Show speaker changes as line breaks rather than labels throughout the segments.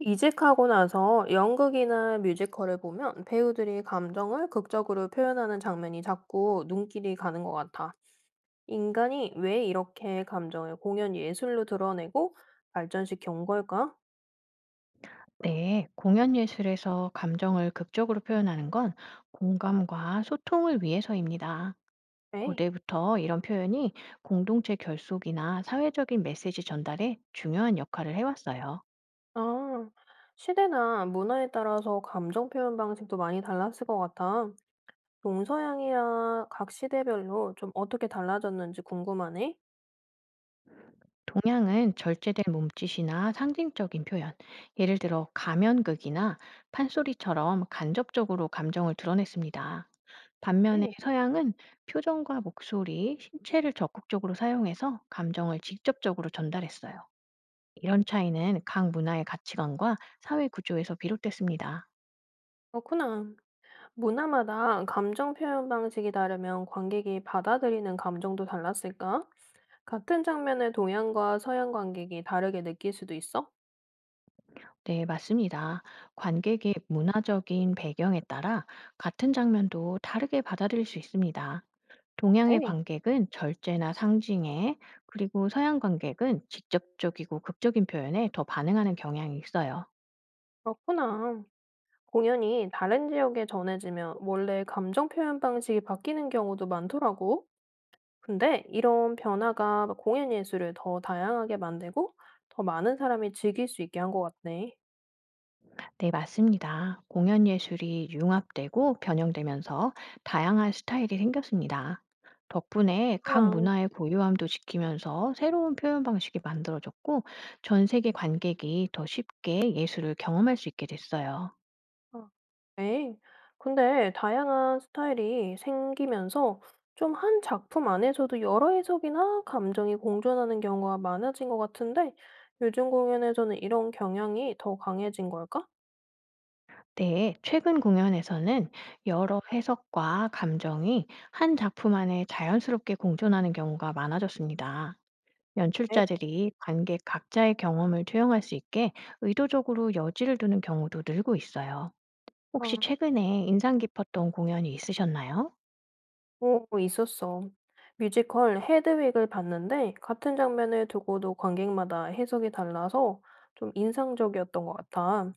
이직하고 나서 연극이나 뮤지컬을 보면 배우들이 감정을 극적으로 표현하는 장면이 자꾸 눈길이 가는 것 같아. 인간이 왜 이렇게 감정을 공연 예술로 드러내고 발전시켜 온 걸까?
네, 공연 예술에서 감정을 극적으로 표현하는 건 공감과 소통을 위해서입니다.
에이.
고대부터 이런 표현이 공동체 결속이나 사회적인 메시지 전달에 중요한 역할을 해왔어요.
아, 시대나 문화에 따라서 감정 표현 방식도 많이 달랐을 것 같아. 동서양이야 각 시대별로 좀 어떻게 달라졌는지 궁금하네.
동양은 절제된 몸짓이나 상징적인 표현, 예를 들어 가면극이나 판소리처럼 간접적으로 감정을 드러냈습니다. 반면에
네.
서양은 표정과 목소리, 신체를 적극적으로 사용해서 감정을 직접적으로 전달했어요. 이런 차이는 각 문화의 가치관과 사회 구조에서 비롯됐습니다.
그렇구나. 문화마다 감정 표현 방식이 다르면 관객이 받아들이는 감정도 달랐을까? 같은 장면을 동양과 서양 관객이 다르게 느낄 수도 있어?
네, 맞습니다. 관객의 문화적인 배경에 따라 같은 장면도 다르게 받아들일 수 있습니다. 동양의
네.
관객은 절제나 상징에, 그리고 서양 관객은 직접적이고 극적인 표현에 더 반응하는 경향이 있어요.
그렇구나. 공연이 다른 지역에 전해지면 원래 감정 표현 방식이 바뀌는 경우도 많더라고. 근데 이런 변화가 공연 예술을 더 다양하게 만들고 더 많은 사람이 즐길 수 있게 한 것 같네.
네, 맞습니다. 공연 예술이 융합되고 변형되면서 다양한 스타일이 생겼습니다. 덕분에 각
그렇구나.
문화의 고유함도 지키면서 새로운 표현 방식이 만들어졌고, 전 세계 관객이 더 쉽게 예술을 경험할 수 있게 됐어요.
아, 네. 근데 다양한 스타일이 생기면서 좀 한 작품 안에서도 여러 해석이나 감정이 공존하는 경우가 많아진 것 같은데 요즘 공연에서는 이런 경향이 더 강해진 걸까?
네, 최근 공연에서는 여러 해석과 감정이 한 작품 안에 자연스럽게 공존하는 경우가 많아졌습니다.
네.
연출자들이 관객 각자의 경험을 투영할 수 있게 의도적으로 여지를 두는 경우도 늘고 있어요. 혹시
아,
최근에 인상 깊었던 공연이 있으셨나요?
오, 있었어. 뮤지컬 헤드윅을 봤는데 같은 장면을 두고도 관객마다 해석이 달라서 좀 인상적이었던 것 같아.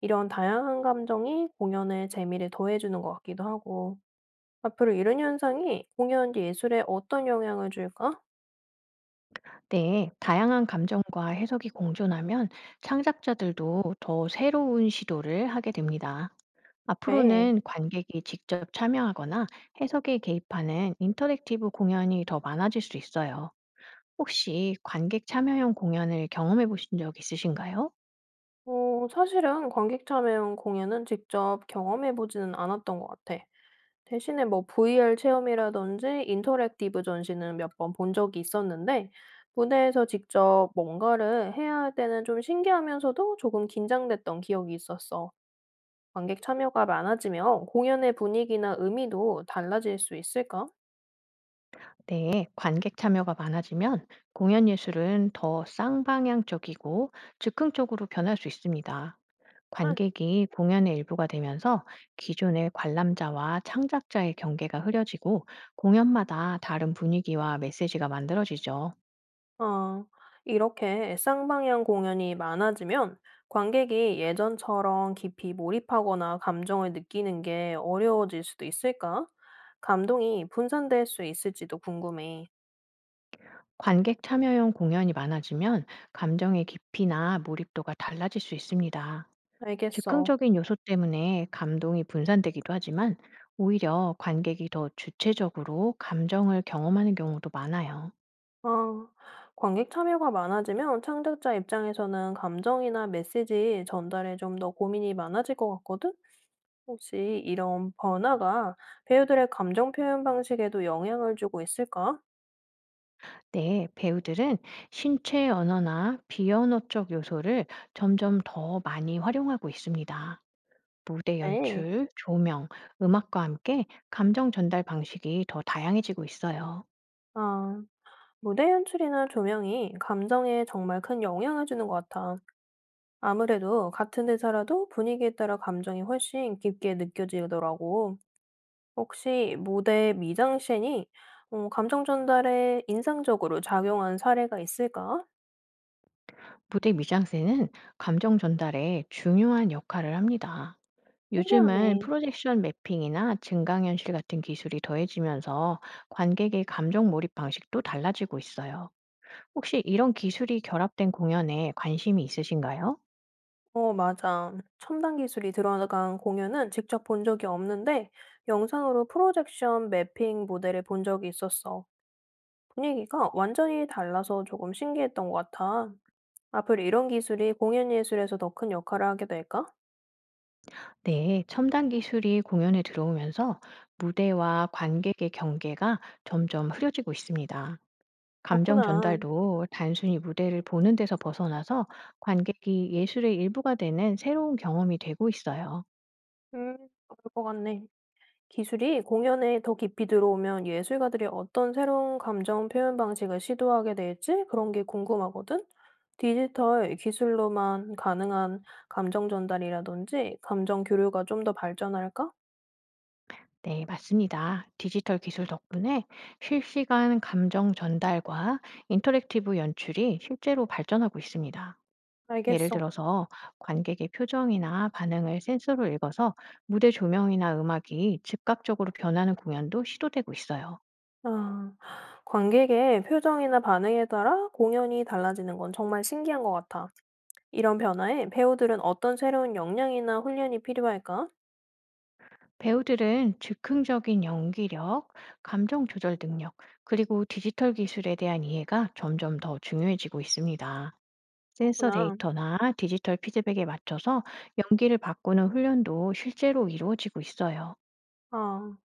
이런 다양한 감정이 공연의 재미를 더해주는 것 같기도 하고. 앞으로 이런 현상이 공연 뒤 예술에 어떤 영향을 줄까?
네, 다양한 감정과 해석이 공존하면 창작자들도 더 새로운 시도를 하게 됩니다.
네.
앞으로는 관객이 직접 참여하거나 해석에 개입하는 인터랙티브 공연이 더 많아질 수 있어요. 혹시 관객 참여형 공연을 경험해 보신 적 있으신가요?
사실은 관객 참여형 공연은 직접 경험해 보지는 않았던 것 같아. 대신에 뭐 VR 체험이라든지 인터랙티브 전시는 몇 번 본 적이 있었는데, 무대에서 직접 뭔가를 해야 할 때는 좀 신기하면서도 조금 긴장됐던 기억이 있었어. 관객 참여가 많아지면 공연의 분위기나 의미도 달라질 수 있을까?
네, 관객 참여가 많아지면 공연 예술은 더 쌍방향적이고 즉흥적으로 변할 수 있습니다.
응.
관객이 공연의 일부가 되면서 기존의 관람자와 창작자의 경계가 흐려지고 공연마다 다른 분위기와 메시지가 만들어지죠.
어, 이렇게 쌍방향 공연이 많아지면 관객이 예전처럼 깊이 몰입하거나 감정을 느끼는 게 어려워질 수도 있을까? 감동이 분산될 수 있을지도 궁금해.
관객 참여형 공연이 많아지면 감정의 깊이나 몰입도가 달라질 수 있습니다.
알겠어.
즉흥적인 요소 때문에 감동이 분산되기도 하지만 오히려 관객이 더 주체적으로 감정을 경험하는 경우도 많아요.
아, 관객 참여가 많아지면 창작자 입장에서는 감정이나 메시지 전달에 좀 더 고민이 많아질 것 같거든? 혹시 이런 변화가 배우들의 감정 표현 방식에도 영향을 주고 있을까?
네, 배우들은 신체 언어나 비언어적 요소를 점점 더 많이 활용하고 있습니다. 무대
네.
연출, 조명, 음악과 함께 감정 전달 방식이 더 다양해지고 있어요.
아. 무대 연출이나 조명이 감정에 정말 큰 영향을 주는 것 같아. 아무래도 같은 대사라도 분위기에 따라 감정이 훨씬 깊게 느껴지더라고. 혹시 무대 미장센이 감정 전달에 인상적으로 작용한 사례가 있을까?
무대 미장센은 감정 전달에 중요한 역할을 합니다. 요즘은
신기하네.
프로젝션 매핑이나 증강현실 같은 기술이 더해지면서 관객의 감정 몰입 방식도 달라지고 있어요. 혹시 이런 기술이 결합된 공연에 관심이 있으신가요?
어, 맞아. 첨단 기술이 들어간 공연은 직접 본 적이 없는데 영상으로 프로젝션 매핑 모델을 본 적이 있었어. 분위기가 완전히 달라서 조금 신기했던 것 같아. 앞으로 이런 기술이 공연 예술에서 더 큰 역할을 하게 될까?
네, 첨단 기술이 공연에 들어오면서 무대와 관객의 경계가 점점 흐려지고 있습니다. 감정
그렇구나.
전달도 단순히 무대를 보는 데서 벗어나서 관객이 예술의 일부가 되는 새로운 경험이 되고 있어요.
음, 그럴 것 같네. 기술이 공연에 더 깊이 들어오면 예술가들이 어떤 새로운 감정 표현 방식을 시도하게 될지 그런 게 궁금하거든? 디지털 기술로만 가능한 감정 전달이라든지 감정 교류가 좀 더 발전할까?
네, 맞습니다. 디지털 기술 덕분에 실시간 감정 전달과 인터랙티브 연출이 실제로 발전하고 있습니다. 예를
알겠어.
들어서 관객의 표정이나 반응을 센서로 읽어서 무대 조명이나 음악이 즉각적으로 변하는 공연도 시도되고 있어요.
아, 관객의 표정이나 반응에 따라 공연이 달라지는 건 정말 신기한 것 같아. 이런 변화에 배우들은 어떤 새로운 역량이나 훈련이 필요할까?
배우들은 즉흥적인 연기력, 감정 조절 능력, 그리고 디지털 기술에 대한 이해가 점점 더 중요해지고 있습니다. 센서
그렇구나.
데이터나 디지털 피드백에 맞춰서 연기를 바꾸는 훈련도 실제로 이루어지고 있어요.
아,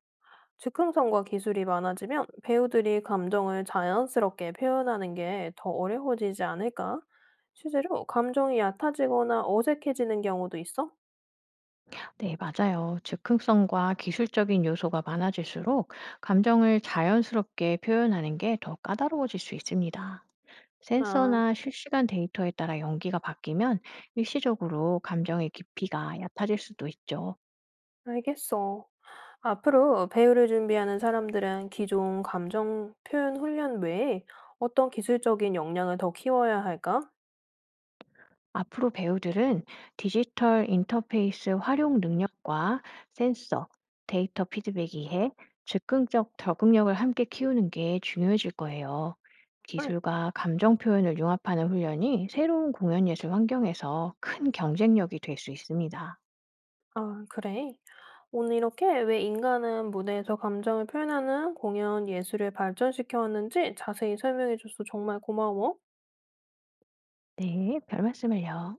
즉흥성과 기술이 많아지면 배우들이 감정을 자연스럽게 표현하는 게 더 어려워지지 않을까? 실제로 감정이 얕아지거나 어색해지는 경우도 있어?
네, 맞아요. 즉흥성과 기술적인 요소가 많아질수록 감정을 자연스럽게 표현하는 게 더 까다로워질 수 있습니다.
나
센서나 실시간 데이터에 따라 연기가 바뀌면 일시적으로 감정의 깊이가 얕아질 수도 있죠.
알겠어. 앞으로 배우를 준비하는 사람들은 기존 감정 표현 훈련 외에 어떤 기술적인 역량을 더 키워야 할까?
앞으로 배우들은 디지털 인터페이스 활용 능력과 센서, 데이터 피드백 이해, 즉흥적 적응력을 함께 키우는 게 중요해질 거예요.
응.
기술과 감정 표현을 융합하는 훈련이 새로운 공연 예술 환경에서 큰 경쟁력이 될 수 있습니다.
아, 그래? 오늘 이렇게 왜 인간은 무대에서 감정을 표현하는 공연 예술을 발전시켜 왔는지 자세히 설명해줘서 정말 고마워.
네, 별 말씀을요.